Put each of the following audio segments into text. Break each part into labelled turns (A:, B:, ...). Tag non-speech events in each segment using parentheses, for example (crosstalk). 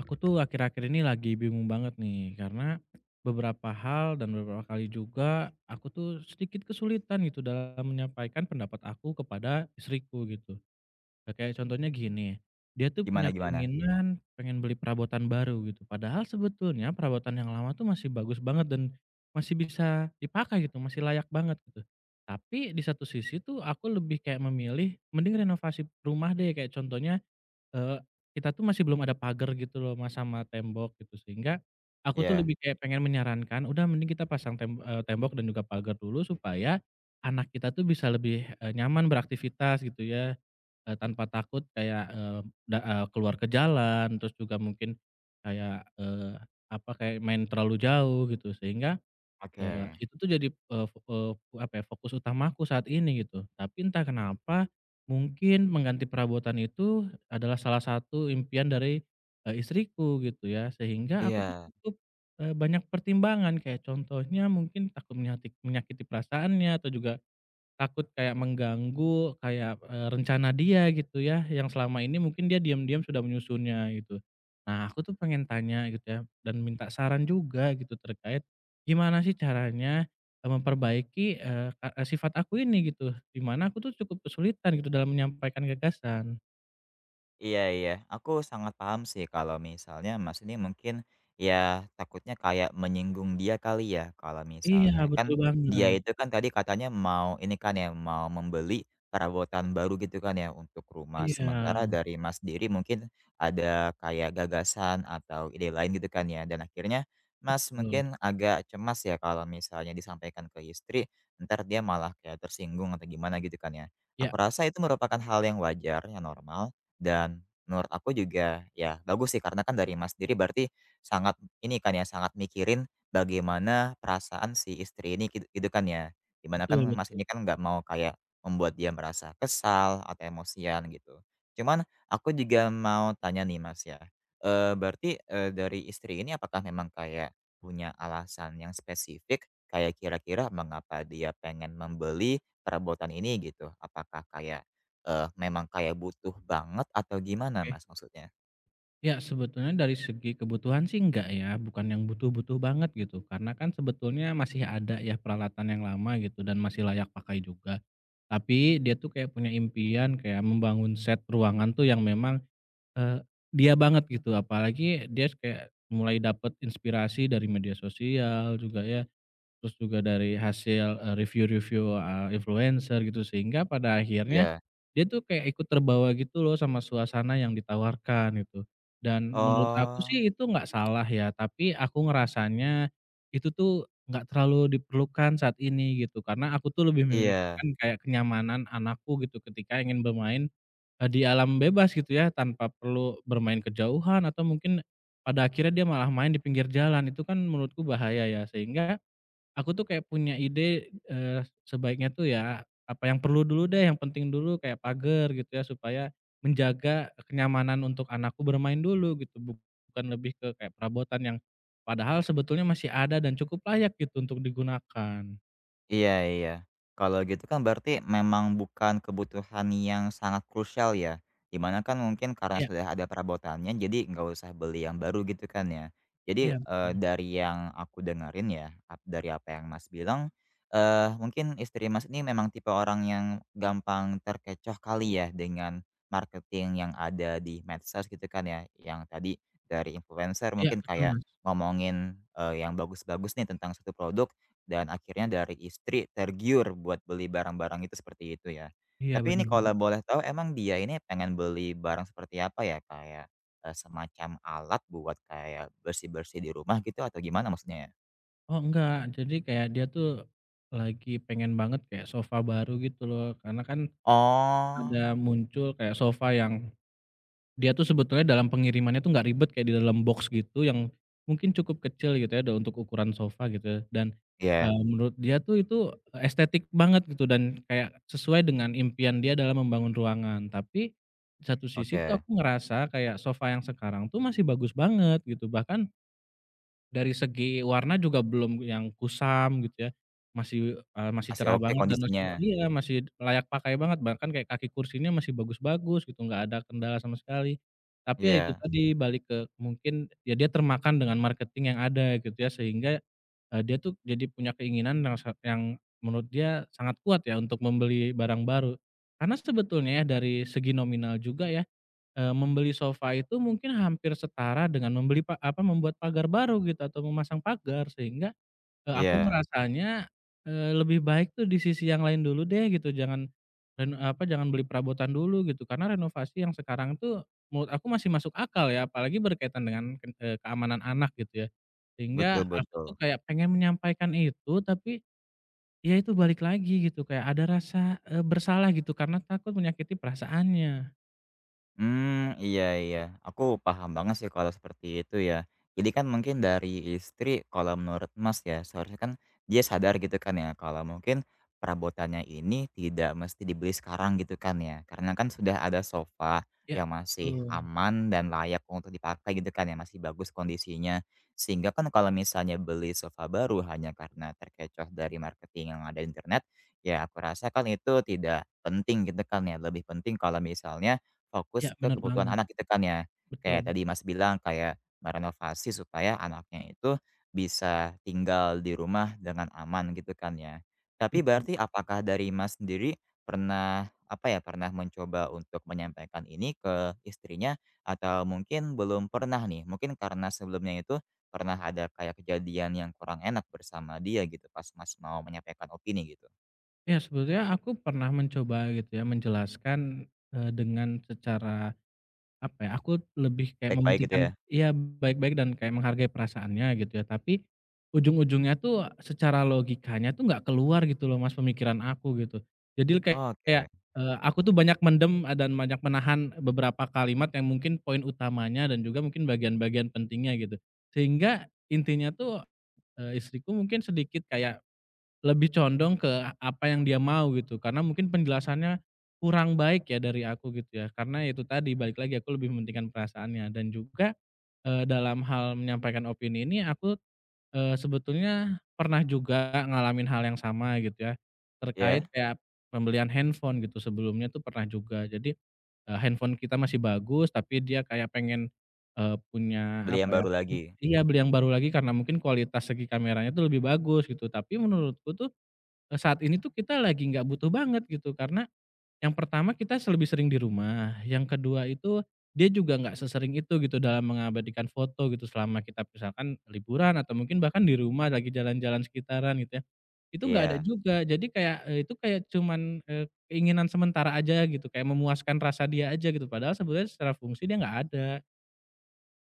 A: Aku tuh akhir-akhir ini lagi bingung banget nih, karena beberapa hal dan beberapa kali juga aku tuh sedikit kesulitan gitu dalam menyampaikan pendapat aku kepada istriku gitu. Nah, kayak contohnya gini, dia tuh
B: Gimana
A: punya
B: gimana?
A: keinginan pengen beli perabotan baru gitu. Padahal sebetulnya perabotan yang lama tuh masih bagus banget dan masih bisa dipakai gitu, masih layak banget gitu. Tapi di satu sisi tuh aku lebih kayak memilih mending renovasi rumah deh, kayak contohnya Eee, kita tuh masih belum ada pagar gitu loh Mas, sama tembok gitu, sehingga aku tuh
B: Iya.
A: lebih kayak pengen menyarankan udah mending kita pasang tembok dan juga pagar dulu, supaya anak kita tuh bisa lebih, nyaman beraktivitas gitu ya, tanpa takut kayak, eee, da eee, keluar ke jalan, terus juga mungkin kayak, eee, apa, kayak main terlalu jauh gitu, sehingga
B: Oke.
A: itu tuh jadi, apa ya, fokus utamaku saat ini gitu. Tapi entah kenapa, mungkin mengganti perabotan itu adalah salah satu impian dari, istriku gitu ya. Sehingga aku tuh
B: Iya.
A: cukup, banyak pertimbangan kayak contohnya mungkin takut menyakiti perasaannya, atau juga takut kayak mengganggu rencana dia gitu ya, yang selama ini mungkin dia diam-diam sudah menyusunnya gitu. Nah, aku tuh pengen tanya gitu ya, dan minta saran juga gitu terkait gimana sih caranya memperbaiki, sifat aku ini gitu, di mana aku tuh cukup kesulitan gitu dalam menyampaikan gagasan.
B: Iya, aku sangat paham sih kalau misalnya Mas ini mungkin, ya takutnya kayak menyinggung dia kali ya, kalau
A: Iya,
B: misalnya
A: betul
B: kan dia
A: banget.
B: itu kan tadi katanya mau ini kan ya, mau membeli perabotan baru gitu kan ya untuk rumah,
A: Iya,
B: sementara dari Mas sendiri mungkin ada kayak gagasan atau ide lain gitu kan ya, dan akhirnya Mas
A: betul.
B: mungkin agak cemas ya kalau misalnya disampaikan ke istri, ntar dia malah kayak tersinggung atau gimana gitu kan ya.
A: Ya,
B: Aku rasa itu merupakan hal yang wajar, yang normal, dan menurut aku juga ya bagus sih karena kan dari Mas sendiri berarti sangat ini kan ya, sangat mikirin bagaimana perasaan si istri ini gitu kan ya. Di
A: betul
B: kan Mas
A: betul.
B: ini kan nggak mau kayak membuat dia merasa kesal atau emosian gitu. Cuman aku juga mau tanya nih Mas ya, berarti, dari istri ini apakah memang kayak punya alasan yang spesifik kayak kira-kira mengapa dia pengen membeli perabotan ini gitu? Apakah kayak memang kayak butuh banget atau gimana
A: Oke.
B: Mas maksudnya?
A: Ya, sebetulnya dari segi kebutuhan sih enggak ya, bukan yang butuh-butuh banget gitu. Karena kan sebetulnya masih ada ya peralatan yang lama gitu dan masih layak pakai juga. Tapi dia tuh kayak punya impian kayak membangun set ruangan tuh yang memang, eee, dia banget gitu. Apalagi dia kayak mulai dapat inspirasi dari media sosial juga ya. Terus juga dari hasil, review-review, influencer gitu, sehingga pada akhirnya
B: Iya.
A: dia tuh kayak ikut terbawa gitu loh sama suasana yang ditawarkan gitu. Dan menurut aku
B: Oh,
A: sih itu nggak salah ya, tapi aku ngerasanya itu tuh nggak terlalu diperlukan saat ini gitu, karena aku tuh lebih memikirkan
B: iya.
A: kayak kenyamanan anakku gitu ketika ingin bermain, di alam bebas gitu ya, tanpa perlu bermain kejauhan, atau mungkin pada akhirnya dia malah main di pinggir jalan, itu kan menurutku bahaya ya. Sehingga aku tuh kayak punya ide, eee, sebaiknya tuh ya, apa yang perlu dulu deh, yang penting dulu kayak pagar gitu ya, supaya menjaga kenyamanan untuk anakku bermain dulu gitu, bukan lebih ke kayak perabotan yang padahal sebetulnya masih ada dan cukup layak gitu untuk digunakan.
B: Iya. Kalau gitu kan berarti memang bukan kebutuhan yang sangat krusial ya, dimana kan mungkin karena
A: Iya
B: sudah ada perabotannya jadi nggak usah beli yang baru gitu kan ya. Jadi,
A: iya, betul.
B: dari yang aku dengerin ya, dari apa yang Mas bilang, mungkin istri Mas ini memang tipe orang yang gampang terkecoh kali ya dengan marketing yang ada di medsos gitu kan ya, yang tadi dari influencer
A: Iya,
B: mungkin
A: betul,
B: kayak
A: Mas.
B: ngomongin, yang bagus-bagus nih tentang suatu produk, dan akhirnya dari istri tergiur buat beli barang-barang itu seperti itu ya.
A: Iya,
B: Tapi ini
A: bener
B: kalau
A: banget.
B: boleh tahu emang dia ini pengen beli barang seperti apa ya? Kayak, semacam alat buat kayak bersih-bersih di rumah gitu atau gimana maksudnya ya?
A: Oh, enggak, jadi kayak dia tuh lagi pengen banget kayak sofa baru gitu loh, karena kan ada
B: Oh,
A: muncul kayak sofa yang dia tuh sebetulnya dalam pengirimannya tuh nggak ribet, kayak di dalam box gitu yang mungkin cukup kecil gitu ya untuk ukuran sofa gitu ya, dan
B: iya,
A: menurut dia tuh itu estetik banget gitu dan kayak sesuai dengan impian dia dalam membangun ruangan. Tapi di satu sisi tuh
B: oke.
A: aku ngerasa kayak sofa yang sekarang tuh masih bagus banget gitu, bahkan dari segi warna juga belum yang kusam gitu ya, masih, masih
B: Masih
A: cerah
B: oke
A: banget dan masih
B: kondisinya.
A: iya, masih layak pakai banget, bahkan kayak kaki kursinya masih bagus-bagus gitu, nggak ada kendala sama sekali. Tapi ya itu
B: Iya
A: tadi, balik ke mungkin ya dia termakan dengan marketing yang ada gitu ya, sehingga, dia tuh jadi punya keinginan yang yang menurut dia sangat kuat ya untuk membeli barang baru. Karena sebetulnya ya dari segi nominal juga ya, membeli sofa itu mungkin hampir setara dengan membeli apa, membuat pagar baru gitu atau memasang pagar, sehingga aku
B: iya,
A: merasanya lebih baik tuh di sisi yang lain dulu deh gitu, jangan apa, jangan beli perabotan dulu gitu, karena renovasi yang sekarang tuh menurut aku masih masuk akal ya, apalagi berkaitan dengan keamanan anak gitu ya. Sehingga
B: betul
A: aku tuh
B: betul.
A: kayak pengen menyampaikan itu, tapi ya itu balik lagi gitu kayak ada rasa, bersalah gitu karena takut menyakiti perasaannya.
B: Hmm, iya iya, aku paham banget sih kalau seperti itu ya. Jadi kan mungkin dari istri kalau menurut Mas ya, seharusnya kan dia sadar gitu kan ya, kalau mungkin perabotannya ini tidak mesti dibeli sekarang gitu kan ya, karena kan sudah ada sofa
A: Ya,
B: yang masih
A: betul.
B: aman dan layak untuk dipakai gitu kan ya, masih bagus kondisinya. Sehingga kan kalau misalnya beli sofa baru hanya karena terkecoh dari marketing yang ada di internet, ya aku rasa kan itu tidak penting gitu kan ya, lebih penting kalau misalnya
A: Iya,
B: fokus ke
A: bener
B: kebutuhan
A: banget.
B: anak gitu kan ya.
A: Betul
B: Kayak tadi Mas bilang kayak merenovasi supaya anaknya itu bisa tinggal di rumah dengan aman gitu kan ya. Tapi
A: betul.
B: berarti apakah dari Mas sendiri pernah apa ya, pernah mencoba untuk menyampaikan ini ke istrinya atau mungkin belum pernah nih? Mungkin karena sebelumnya itu pernah ada kayak kejadian yang kurang enak bersama dia gitu pas Mas mau menyampaikan opini gitu?
A: Ya, sebetulnya aku pernah mencoba gitu ya, menjelaskan, dengan secara apa ya, aku lebih kayak
B: Baik-baik gitu ya?
A: mementingkan iya, baik-baik dan kayak menghargai perasaannya gitu ya, tapi ujung-ujungnya tuh secara logikanya tuh nggak keluar gitu loh Mas, pemikiran aku gitu. Jadi kayak,
B: Oke.
A: aku tuh banyak mendem a dan banyak menahan beberapa kalimat yang mungkin poin utamanya dan juga mungkin bagian-bagian pentingnya gitu. Sehingga intinya tuh, istriku mungkin sedikit kayak lebih condong ke apa yang dia mau gitu, karena mungkin penjelasannya kurang baik ya dari aku gitu ya. Karena ya itu tadi balik lagi, aku lebih mementingkan perasaannya dan juga, dalam hal menyampaikan opini ini aku, sebetulnya pernah juga ngalamin hal yang sama gitu ya, terkait
B: Ya.
A: kayak pembelian handphone gitu, sebelumnya tuh pernah juga. Jadi, handphone kita masih bagus, tapi dia kayak pengen, punya
B: Beli yang
A: apa ya,
B: baru lagi?
A: iya beli yang baru lagi karena mungkin kualitas segi kameranya tuh lebih bagus gitu. Tapi menurutku tuh saat ini tuh kita lagi nggak butuh banget gitu, karena yang pertama kita lebih sering di rumah, yang kedua itu dia juga nggak sesering itu gitu dalam mengabadikan foto gitu, selama kita misalkan liburan atau mungkin bahkan di rumah lagi jalan-jalan sekitaran gitu ya, itu nggak ada
B: Iya.
A: juga. Jadi kayak, itu kayak cuman, eee, keinginan sementara aja gitu, kayak memuaskan rasa dia aja gitu, padahal sebenarnya secara fungsi dia nggak ada.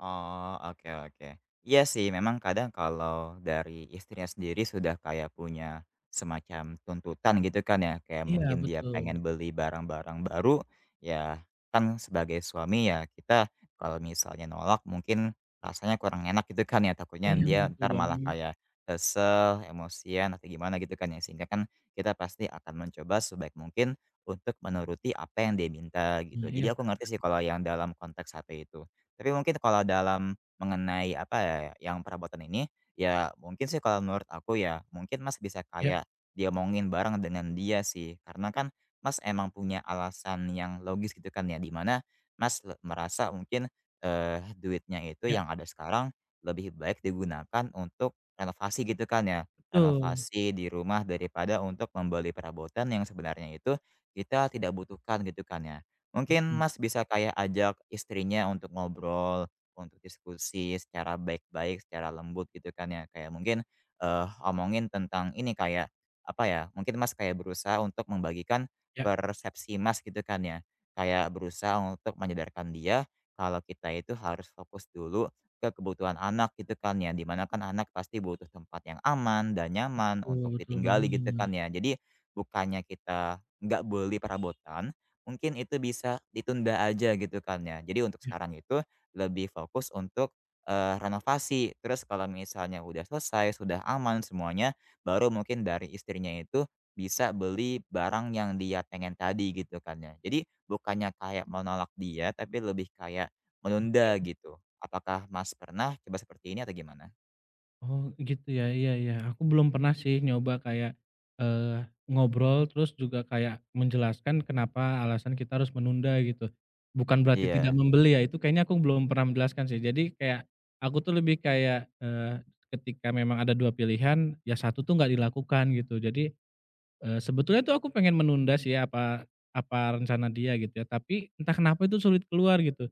B: Oh, oke oke. Iya sih, memang kadang kalau dari istrinya sendiri sudah kayak punya semacam tuntutan gitu kan ya, kayak
A: Iya
B: mungkin dia
A: betul.
B: pengen beli barang-barang baru, ya kan sebagai suami ya kita kalau misalnya nolak mungkin rasanya kurang enak gitu kan ya, takutnya
A: Iya
B: dia
A: betul
B: ntar malah
A: banget.
B: kayak kesel, emosian atau gimana gitu kan ya, sehingga kan kita pasti akan mencoba sebaik mungkin untuk menuruti apa yang dia minta
A: Nah
B: gitu.
A: iya,
B: Jadi aku
A: Kak.
B: ngerti sih kalau yang dalam konteks satu itu. Tapi mungkin kalau dalam mengenai apa ya, yang perabotan ini, ya mungkin sih kalau menurut aku ya, mungkin Mas bisa
A: Iya
B: kayak diomongin bareng dengan dia sih. Karena kan Mas emang punya alasan yang logis gitu kan ya, di mana Mas merasa mungkin eh, duitnya itu
A: iya,
B: yang ada sekarang lebih baik digunakan untuk renovasi gitu kan ya.
A: betul
B: Renovasi di rumah daripada untuk membeli perabotan yang sebenarnya itu kita tidak butuhkan gitu kan ya. Mungkin
A: betul.
B: Mas bisa kayak ajak istrinya untuk ngobrol, untuk diskusi secara baik-baik, secara lembut gitu kan ya. Kayak mungkin, omongin tentang ini kayak, apa ya, mungkin Mas kayak berusaha untuk membagikan
A: Iya,
B: persepsi Mas gitu kan ya. Kayak berusaha untuk menyadarkan dia kalau kita itu harus fokus dulu ke kebutuhan anak gitu kan ya. Dimana kan anak pasti butuh tempat yang aman dan nyaman
A: betul
B: untuk
A: betul
B: ditinggali gitu
A: banget.
B: kan ya. Jadi bukannya kita nggak beli perabotan, mungkin itu bisa ditunda aja gitu kan ya. Jadi untuk
A: Iya.
B: sekarang itu lebih fokus untuk, renovasi. Terus kalau misalnya udah selesai, sudah aman semuanya, baru mungkin dari istrinya itu bisa beli barang yang dia pengen tadi gitu kan ya. Jadi bukannya kayak menolak dia, tapi lebih kayak menunda gitu. Apakah Mas pernah coba seperti ini atau gimana?
A: Oh gitu ya, iya iya. Aku belum pernah sih nyoba kayak, eee, ngobrol, terus juga kayak menjelaskan kenapa alasan kita harus menunda gitu. Bukan berarti tidak
B: Iya,
A: membeli ya, itu kayaknya aku belum pernah menjelaskan sih. Jadi kayak aku tuh lebih kayak, ketika memang ada 2 pilihan, ya satu tuh nggak dilakukan gitu. Jadi sebetulnya tuh aku pengen menunda sih ya apa apa rencana dia gitu ya, tapi entah kenapa itu sulit keluar gitu.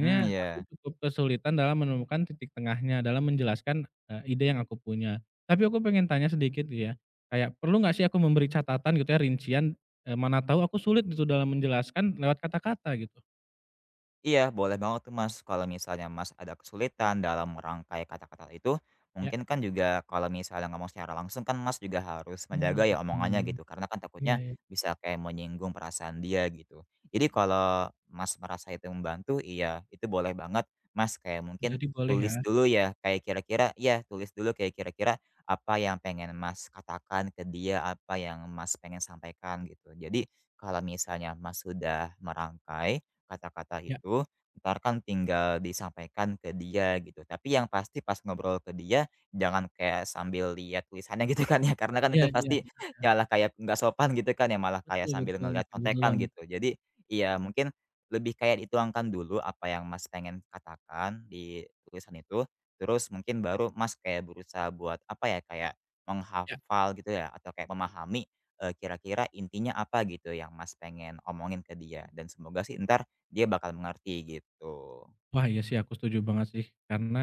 B: hmm, iya.
A: aku cukup kesulitan dalam menemukan titik tengahnya, dalam menjelaskan, ide yang aku punya. Tapi aku pengen tanya sedikit gitu ya, kayak perlu nggak sih aku memberi catatan gitu ya, rincian, mana tahu aku sulit gitu dalam menjelaskan lewat kata-kata gitu,
B: Iya, boleh banget tuh Mas, kalau misalnya Mas ada kesulitan dalam merangkai kata-kata itu,
A: ya.
B: mungkin kan juga kalau misalnya ngomong secara langsung kan Mas juga harus
A: Oh
B: menjaga ya
A: gitu ya,
B: omongannya gitu, karena kan
A: iya
B: takutnya
A: iya.
B: bisa kayak menyinggung perasaan dia gitu. Jadi kalau Mas merasa itu membantu, iya itu boleh banget Mas kayak mungkin
A: Jadi boleh ya?
B: tulis dulu ya, kayak kira-kira iya tulis dulu kayak kira-kira apa yang pengen Mas katakan ke dia, apa yang Mas pengen sampaikan gitu. Jadi kalau misalnya Mas sudah merangkai kata-kata
A: Ya,
B: itu, ntar kan tinggal disampaikan ke dia gitu. Tapi yang pasti pas ngobrol ke dia, jangan kayak sambil lihat tulisannya (laughs) gitu kan ya, karena kan
A: iya
B: itu
A: iya.
B: pasti ya lah kayak nggak sopan gitu kan ya, malah kayak
A: Betul
B: sambil
A: betul
B: ngelihat
A: betul, betul
B: contekan
A: banget.
B: gitu. Jadi iya mungkin lebih kayak dituangkan dulu apa yang Mas pengen katakan di tulisan itu, terus mungkin baru Mas kayak berusaha buat apa ya, kayak
A: Ya.
B: menghafal gitu ya atau kayak memahami, kira-kira intinya apa gitu yang Mas pengen omongin ke dia dan semoga sih ntar dia bakal mengerti gitu.
A: Wah, iya sih aku setuju banget sih karena,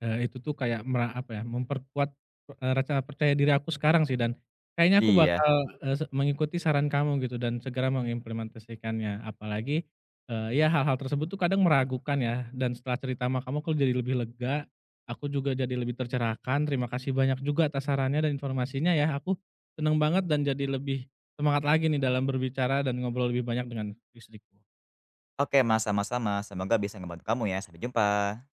A: itu tuh kayak apa ya, memperkuat, rasa percaya diri aku sekarang sih, dan kayaknya aku
B: Iya.
A: bakal, eee, se mengikuti saran kamu gitu dan segera mengimplementasikannya. Apalagi, ya hal-hal tersebut tuh kadang meragukan ya, dan setelah cerita sama kamu aku jadi lebih lega, aku juga jadi lebih tercerahkan. Terima kasih banyak juga atas sarannya dan informasinya ya. Aku seneng banget dan jadi lebih semangat lagi nih dalam berbicara dan ngobrol lebih banyak dengan istriku.
B: Oke Mas, sama-sama. Semoga bisa ngebantu kamu ya. Sampai jumpa.